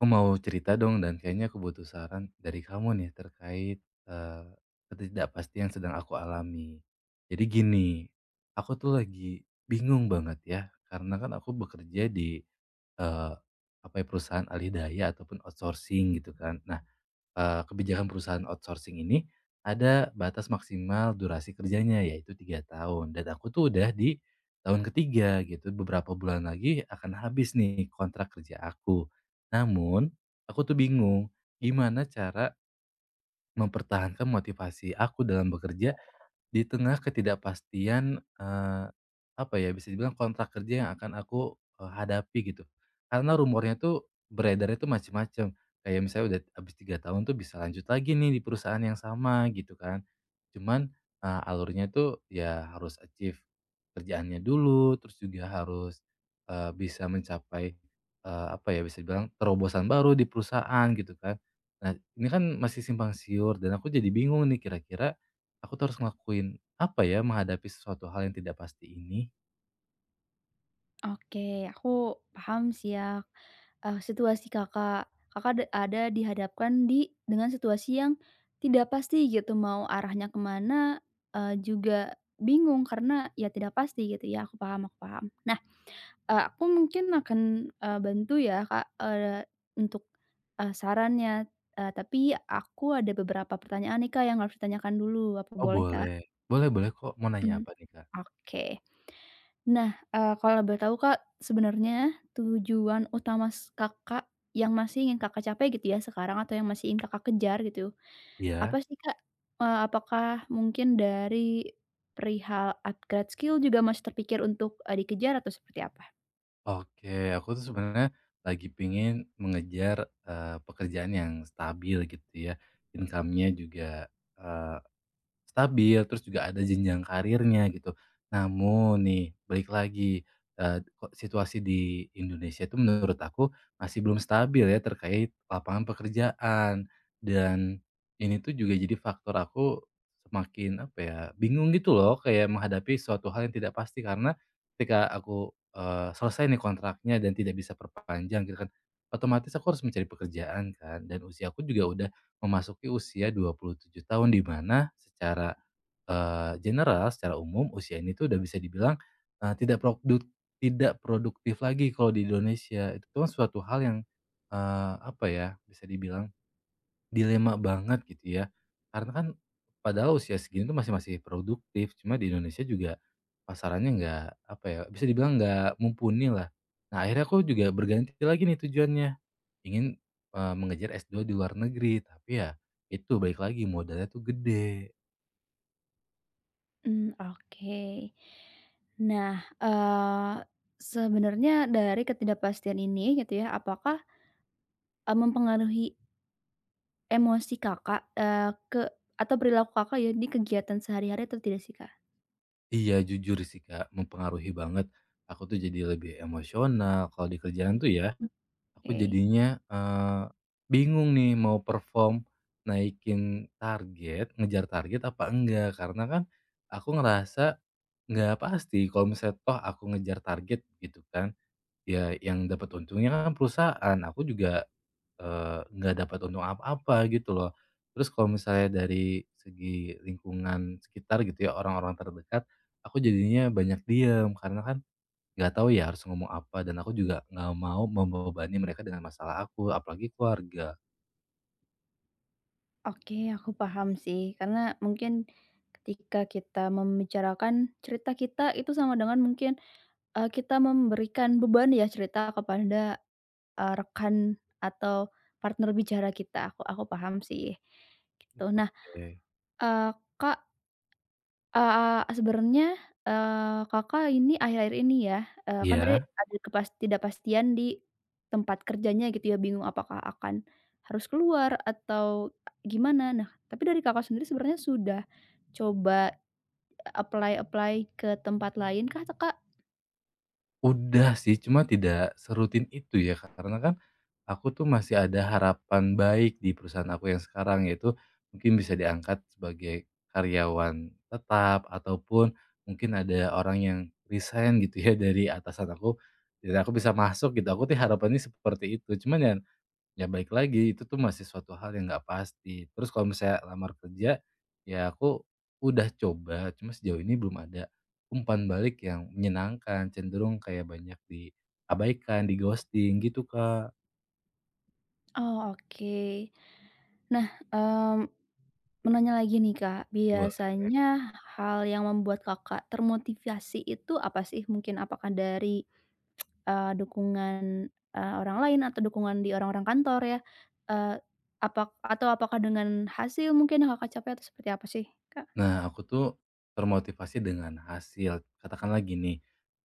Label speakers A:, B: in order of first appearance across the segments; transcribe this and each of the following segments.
A: Aku mau cerita dong dan kayaknya aku butuh saran dari kamu nih terkait, ketidakpastian yang sedang aku alami. Jadi gini, aku tuh lagi bingung banget ya karena kan aku bekerja di, eee, apa ya, perusahaan alih daya ataupun outsourcing gitu kan. Nah, kebijakan perusahaan outsourcing ini, ada batas maksimal durasi kerjanya yaitu 3 tahun dan aku tuh udah di tahun ketiga gitu, beberapa bulan lagi akan habis nih kontrak kerja aku. Namun, aku tuh bingung gimana cara mempertahankan motivasi aku dalam bekerja di tengah ketidakpastian, apa ya, bisa dibilang kontrak kerja yang akan aku hadapi gitu. Karena rumornya tuh beredarnya tuh macem-macem, kayak misalnya udah habis 3 tahun tuh bisa lanjut lagi nih di perusahaan yang sama gitu kan. Cuman, alurnya tuh ya harus achieve kerjaannya dulu, terus juga harus, bisa mencapai, apa ya, bisa dibilang terobosan baru di perusahaan gitu kan. Nah, ini kan masih simpang siur dan aku jadi bingung nih kira-kira aku tuh harus ngelakuin apa ya, menghadapi sesuatu hal yang tidak pasti ini?
B: Oke, aku paham sih ya, situasi Kakak. Kakak ada dihadapkan dengan situasi yang tidak pasti gitu, mau arahnya kemana mana, juga bingung karena ya tidak pasti gitu ya, aku paham. Nah, aku mungkin akan, bantu ya Kak, untuk, sarannya, tapi aku ada beberapa pertanyaan nih Kak yang harus ditanyakan dulu, apa
A: Oh
B: boleh Kak?
A: boleh. Boleh, boleh kok, mau nanya
B: Mhm,
A: apa nih, Kak?
B: oke. Nah, kalau boleh tahu Kak, sebenarnya tujuan utama Kakak yang masih ingin Kakak capai gitu ya sekarang atau yang masih ingin Kakak kejar gitu, apa
A: Iya?
B: sih Kak? Apakah mungkin dari perihal upgrade skill juga masih terpikir untuk, dikejar atau seperti apa?
A: Oke, aku tuh sebenarnya lagi pingin mengejar, pekerjaan yang stabil gitu ya, income-nya juga stabil, terus juga ada jenjang karirnya gitu. Namun nih, balik lagi, kok situasi di Indonesia itu menurut aku masih belum stabil ya terkait lapangan pekerjaan. Dan ini tuh juga jadi faktor aku semakin, apa ya, bingung gitu loh kayak menghadapi suatu hal yang tidak pasti karena ketika aku selesai nih kontraknya dan tidak bisa perpanjang gitu kan, otomatis aku harus mencari pekerjaan kan dan usia aku juga udah memasuki usia 27 tahun di mana secara, general, secara umum usia ini tuh udah bisa dibilang, eee, tidak prokduk tidak produktif lagi kalau di Indonesia. Itu kan suatu hal yang, apa ya, bisa dibilang dilema banget gitu ya. Karena kan padahal usia segini tuh masih masih produktif, cuma di Indonesia juga pasarannya nggak, apa ya, bisa dibilang nggak mumpuni lah. Nah akhirnya aku juga berganti lagi nih tujuannya. Ingin, mengejar S2 di luar negeri, tapi ya itu balik lagi modalnya tuh gede.
B: Mmm, oke. Nah, eee, sebenarnya dari ketidakpastian ini gitu ya, apakah, mempengaruhi emosi Kakak, ke atau perilaku Kakak ya di kegiatan sehari-hari atau tidak sih, Kak?
A: Iya jujur sih Kak, mempengaruhi banget. Aku tuh jadi lebih emosional kalau di kerjaan tuh ya, aku
B: Oke.
A: jadinya, bingung nih mau perform, naikin target, ngejar target apa enggak. Karena kan aku ngerasa nggak pasti kalau misalnya toh aku ngejar target gitu kan, ya yang dapat untungnya kan perusahaan, aku juga nggak dapat untung apa-apa gitu loh. Terus kalau misalnya dari segi lingkungan sekitar gitu ya, orang-orang terdekat, aku jadinya banyak diem karena kan nggak tahu ya harus ngomong apa dan aku juga nggak mau membebani mereka dengan masalah aku, apalagi keluarga.
B: Oke, aku paham sih, karena mungkin ketika kita membicarakan cerita kita itu sama dengan mungkin, kita memberikan beban ya cerita kepada, rekan atau partner bicara kita, aku paham sih,
A: Mmm.
B: gitu. Nah,
A: Oke.
B: eee, Kak sebenarnya, Kakak ini akhir-akhir ini ya, kan tadi
A: Iya,
B: ada ketidakpastian di tempat kerjanya gitu ya, bingung apakah akan harus keluar atau gimana. Nah, tapi dari Kakak sendiri sebenarnya sudah coba apply-apply ke tempat lain kah atau Kak?
A: udah sih, cuma tidak serutin itu ya, Kak, karena kan aku tuh masih ada harapan baik di perusahaan aku yang sekarang, yaitu mungkin bisa diangkat sebagai karyawan tetap ataupun mungkin ada orang yang resign gitu ya dari atasan aku dan aku bisa masuk gitu. Aku tuh harapannya seperti itu. Cuman ya, ya balik lagi itu tuh masih suatu hal yang nggak pasti. Terus kalau misalnya lamar kerja ya aku udah coba, cuma sejauh ini belum ada umpan balik yang menyenangkan, cenderung kayak banyak diabaikan, di ghosting gitu, Kak.
B: Oh, oke. Nah, mmm, mau nanya lagi nih, Kak, biasanya hal yang membuat Kakak termotivasi itu apa sih? Mungkin apakah dari dukungan, orang lain atau dukungan di orang-orang kantor ya, eee, apa atau apakah dengan hasil mungkin yang Kakak capai atau seperti apa sih, Kak?
A: Nah, aku tuh termotivasi dengan hasil. Katakanlah gini,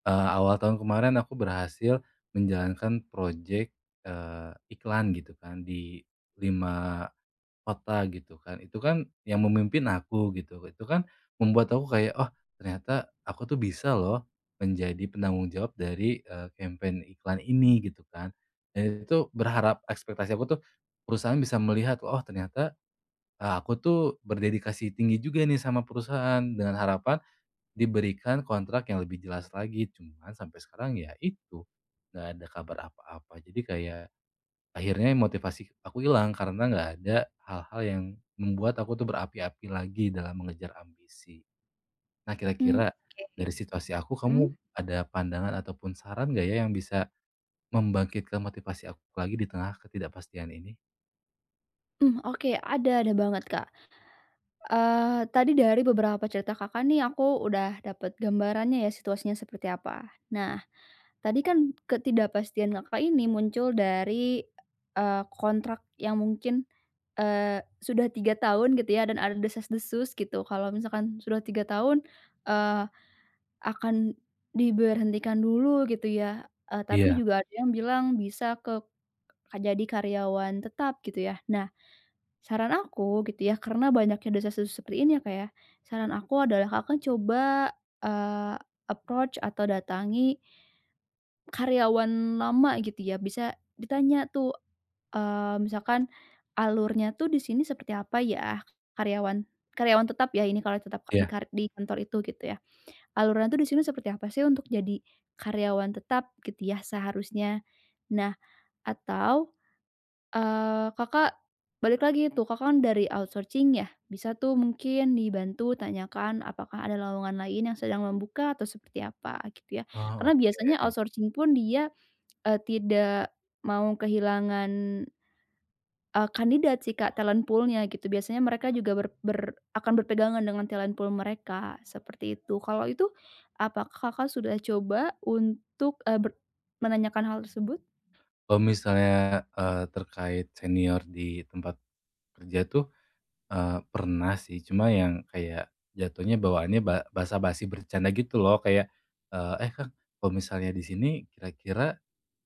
A: awal tahun kemarin aku berhasil menjalankan proyek iklan gitu kan di 5 kota gitu kan. Itu kan yang memimpin aku gitu. Itu kan membuat aku kayak, "Oh, ternyata aku tuh bisa loh menjadi penanggung jawab dari, campaign iklan ini," gitu kan. Dan itu berharap ekspektasi aku tuh perusahaan bisa melihat, "Oh, ternyata nah, aku tuh berdedikasi tinggi juga nih sama perusahaan dengan harapan diberikan kontrak yang lebih jelas lagi. Cuman sampai sekarang ya itu nggak ada kabar apa-apa. Jadi kayak akhirnya motivasi aku hilang karena nggak ada hal-hal yang membuat aku tuh berapi-api lagi dalam mengejar ambisi. Nah,
B: Mmm,
A: kira-kira
B: oke.
A: dari situasi aku
B: Mhm?
A: kamu ada pandangan ataupun saran gak ya yang bisa membangkitkan motivasi aku lagi di tengah ketidakpastian ini?
B: Mmm, oke, ada banget, Kak. Tadi dari beberapa cerita Kakak nih aku udah dapet gambarannya ya situasinya seperti apa. Nah, tadi kan ketidakpastian Kakak ini muncul dari, kontrak yang mungkin sudah 3 tahun gitu ya dan ada desas-desus gitu kalau misalkan sudah 3 tahun, eee, akan diberhentikan dulu gitu ya, tapi
A: Iya,
B: juga ada yang bilang bisa jadi karyawan tetap gitu ya. Nah, saran aku gitu ya karena banyaknya desas-desus seperti ini ya, Kak, ya, saran aku adalah Kakak coba, eee, approach atau datangi karyawan lama gitu ya, bisa ditanya tuh misalkan alurnya tuh di sini seperti apa ya, karyawan karyawan tetap ya ini kalau tetap di
A: iya.
B: di kantor itu gitu ya. Alurnya tuh di sini seperti apa sih untuk jadi karyawan tetap gitu ya seharusnya. Nah atau, Kakak balik lagi tuh Kakak kan dari outsourcing ya, bisa tuh mungkin dibantu tanyakan apakah ada lowongan lain yang sedang membuka atau seperti apa gitu ya.
A: Oh,
B: Karena biasanya
A: oke.
B: outsourcing pun dia, tidak mau kehilangan kandidat sih Kak, talent pool-nya gitu. Biasanya mereka juga ber ber akan berpegangan dengan talent pool mereka, seperti itu. Kalau itu, apakah Kakak sudah coba untuk, eee, ber menanyakan hal tersebut?
A: Kalau misalnya, terkait senior di tempat kerja tuh, pernah sih, cuma yang kayak jatuhnya bawaannya basa-basi bercanda gitu loh, kayak, "Eh, Kang, kalau misalnya di sini kira-kira,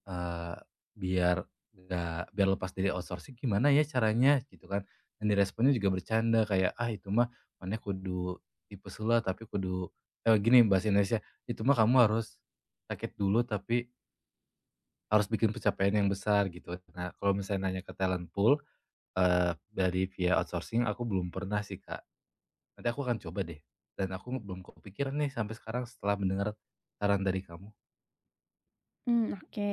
A: eee, biar nggak biar lepas dari outsourcing gimana ya caranya?" Gitu kan. Dan diresponnya juga bercanda kayak, "Ah, itu mah maneh kudu tipes heula tapi kudu" gini bahasa Indonesia, "Itu mah kamu harus sakit dulu tapi" harus bikin pencapaian yang besar gitu. Nah, kalau misalnya nanya ke talent pool, dari via outsourcing aku belum pernah sih, Kak. Nanti aku akan coba deh, dan aku belum kepikiran nih sampai sekarang setelah mendengar saran dari kamu.
B: Mmm, oke.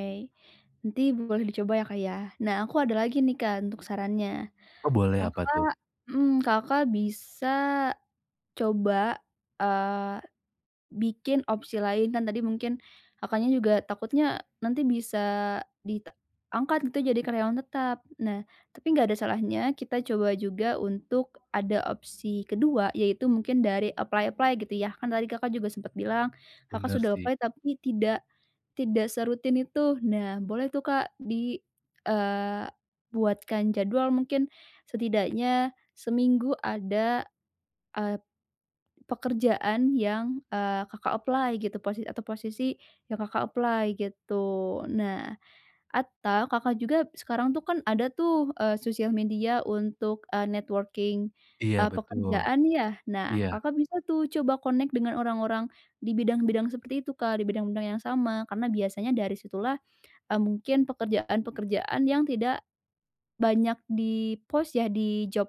B: Nanti boleh dicoba ya Kak ya. Nah aku ada lagi nih Kak untuk sarannya.
A: Oh boleh apa
B: Kakak
A: tuh?
B: mhm, Kakak bisa coba, eee bikin opsi lain kan tadi mungkin Kakaknya juga takutnya nanti bisa diangkat gitu jadi karyawan tetap. Nah, tapi nggak ada salahnya kita coba juga untuk ada opsi kedua, yaitu mungkin dari apply-apply gitu ya. Kan tadi Kakak juga sempat bilang Kakak
A: Bener
B: sudah
A: sih.
B: apply tapi tidak tidak serutin itu. Nah, boleh tuh Kak di, eee, buatkan jadwal mungkin setidaknya seminggu ada, eh, pekerjaan yang, Kakak apply gitu posisi atau posisi yang Kakak apply gitu. Nah, atau Kakak juga sekarang tuh kan ada tuh, sosial media untuk, networking,
A: Iya betul.
B: pekerjaan ya.
A: Iya,
B: Nah, Kakak bisa tuh coba connect dengan orang-orang di bidang-bidang seperti itu, Kak, di bidang-bidang yang sama, karena biasanya dari situlah, mungkin pekerjaan-pekerjaan yang tidak banyak di-post ya di job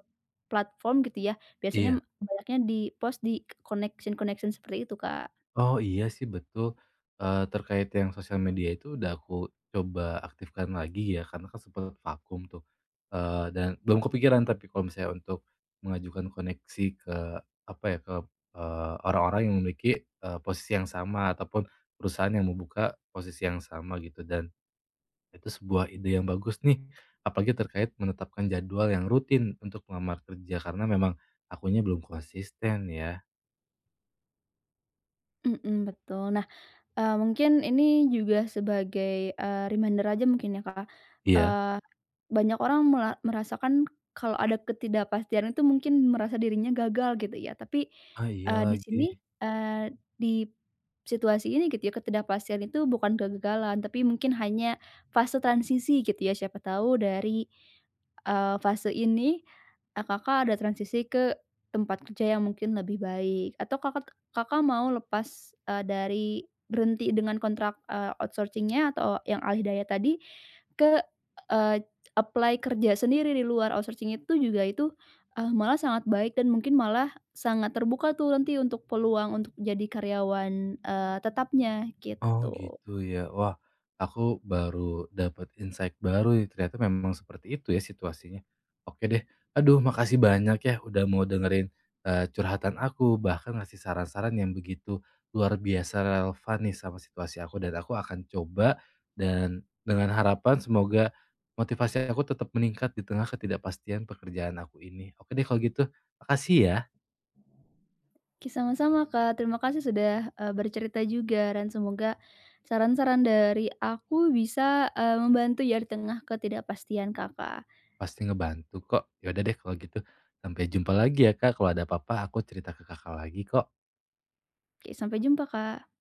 B: platform gitu ya, biasanya
A: iya.
B: banyaknya di-post di connection-connection seperti itu, Kak.
A: Oh iya sih betul, terkait yang sosial media itu udah aku coba aktifkan lagi ya karena kan sempat vakum tuh, dan belum kepikiran tapi kalau misalnya untuk mengajukan koneksi ke apa ya, ke, orang-orang yang memiliki, posisi yang sama ataupun perusahaan yang membuka posisi yang sama gitu dan itu sebuah ide yang bagus nih, apalagi terkait menetapkan jadwal yang rutin untuk melamar kerja karena memang akunya belum konsisten ya.
B: Mhm, betul. Nah mungkin ini juga sebagai, reminder aja mungkin ya, Kak.
A: Iya?
B: Eee, banyak orang merasakan kalau ada ketidakpastian itu mungkin merasa dirinya gagal gitu ya, tapi,
A: Ah, iya
B: di
A: lagi.
B: sini, eee, di situasi ini gitu ya, ketidakpastian itu bukan kegagalan, tapi mungkin hanya fase transisi gitu ya. Siapa tahu dari, fase ini, Kakak ada transisi ke tempat kerja yang mungkin lebih baik atau Kakak Kakak mau lepas, dari berhenti dengan kontrak, outsourcing-nya atau yang alih daya tadi ke, eee, apply kerja sendiri di luar outsourcing itu juga itu, malah sangat baik dan mungkin malah sangat terbuka tuh nanti untuk peluang untuk jadi karyawan, tetapnya
A: Oh
B: gitu.
A: gitu ya. Wah, aku baru dapat insight baru nih. Ternyata memang seperti itu ya situasinya. Oke deh. Aduh, makasih banyak ya udah mau dengerin eh, curhatan aku, bahkan ngasih saran-saran yang begitu luar biasa relevan nih sama situasi aku dan aku akan coba dan dengan harapan semoga motivasi aku tetap meningkat di tengah ketidakpastian pekerjaan aku ini. Oke deh kalau gitu. Makasih ya.
B: Oke, sama-sama Kak, terima kasih sudah, bercerita juga dan semoga saran-saran dari aku bisa, membantu ya di tengah ketidakpastian Kakak.
A: Pasti ngebantu kok. Ya udah deh kalau gitu, sampai jumpa lagi ya Kak, kalau ada apa-apa aku cerita ke Kakak lagi kok.
B: Oke, sampai jumpa Kak.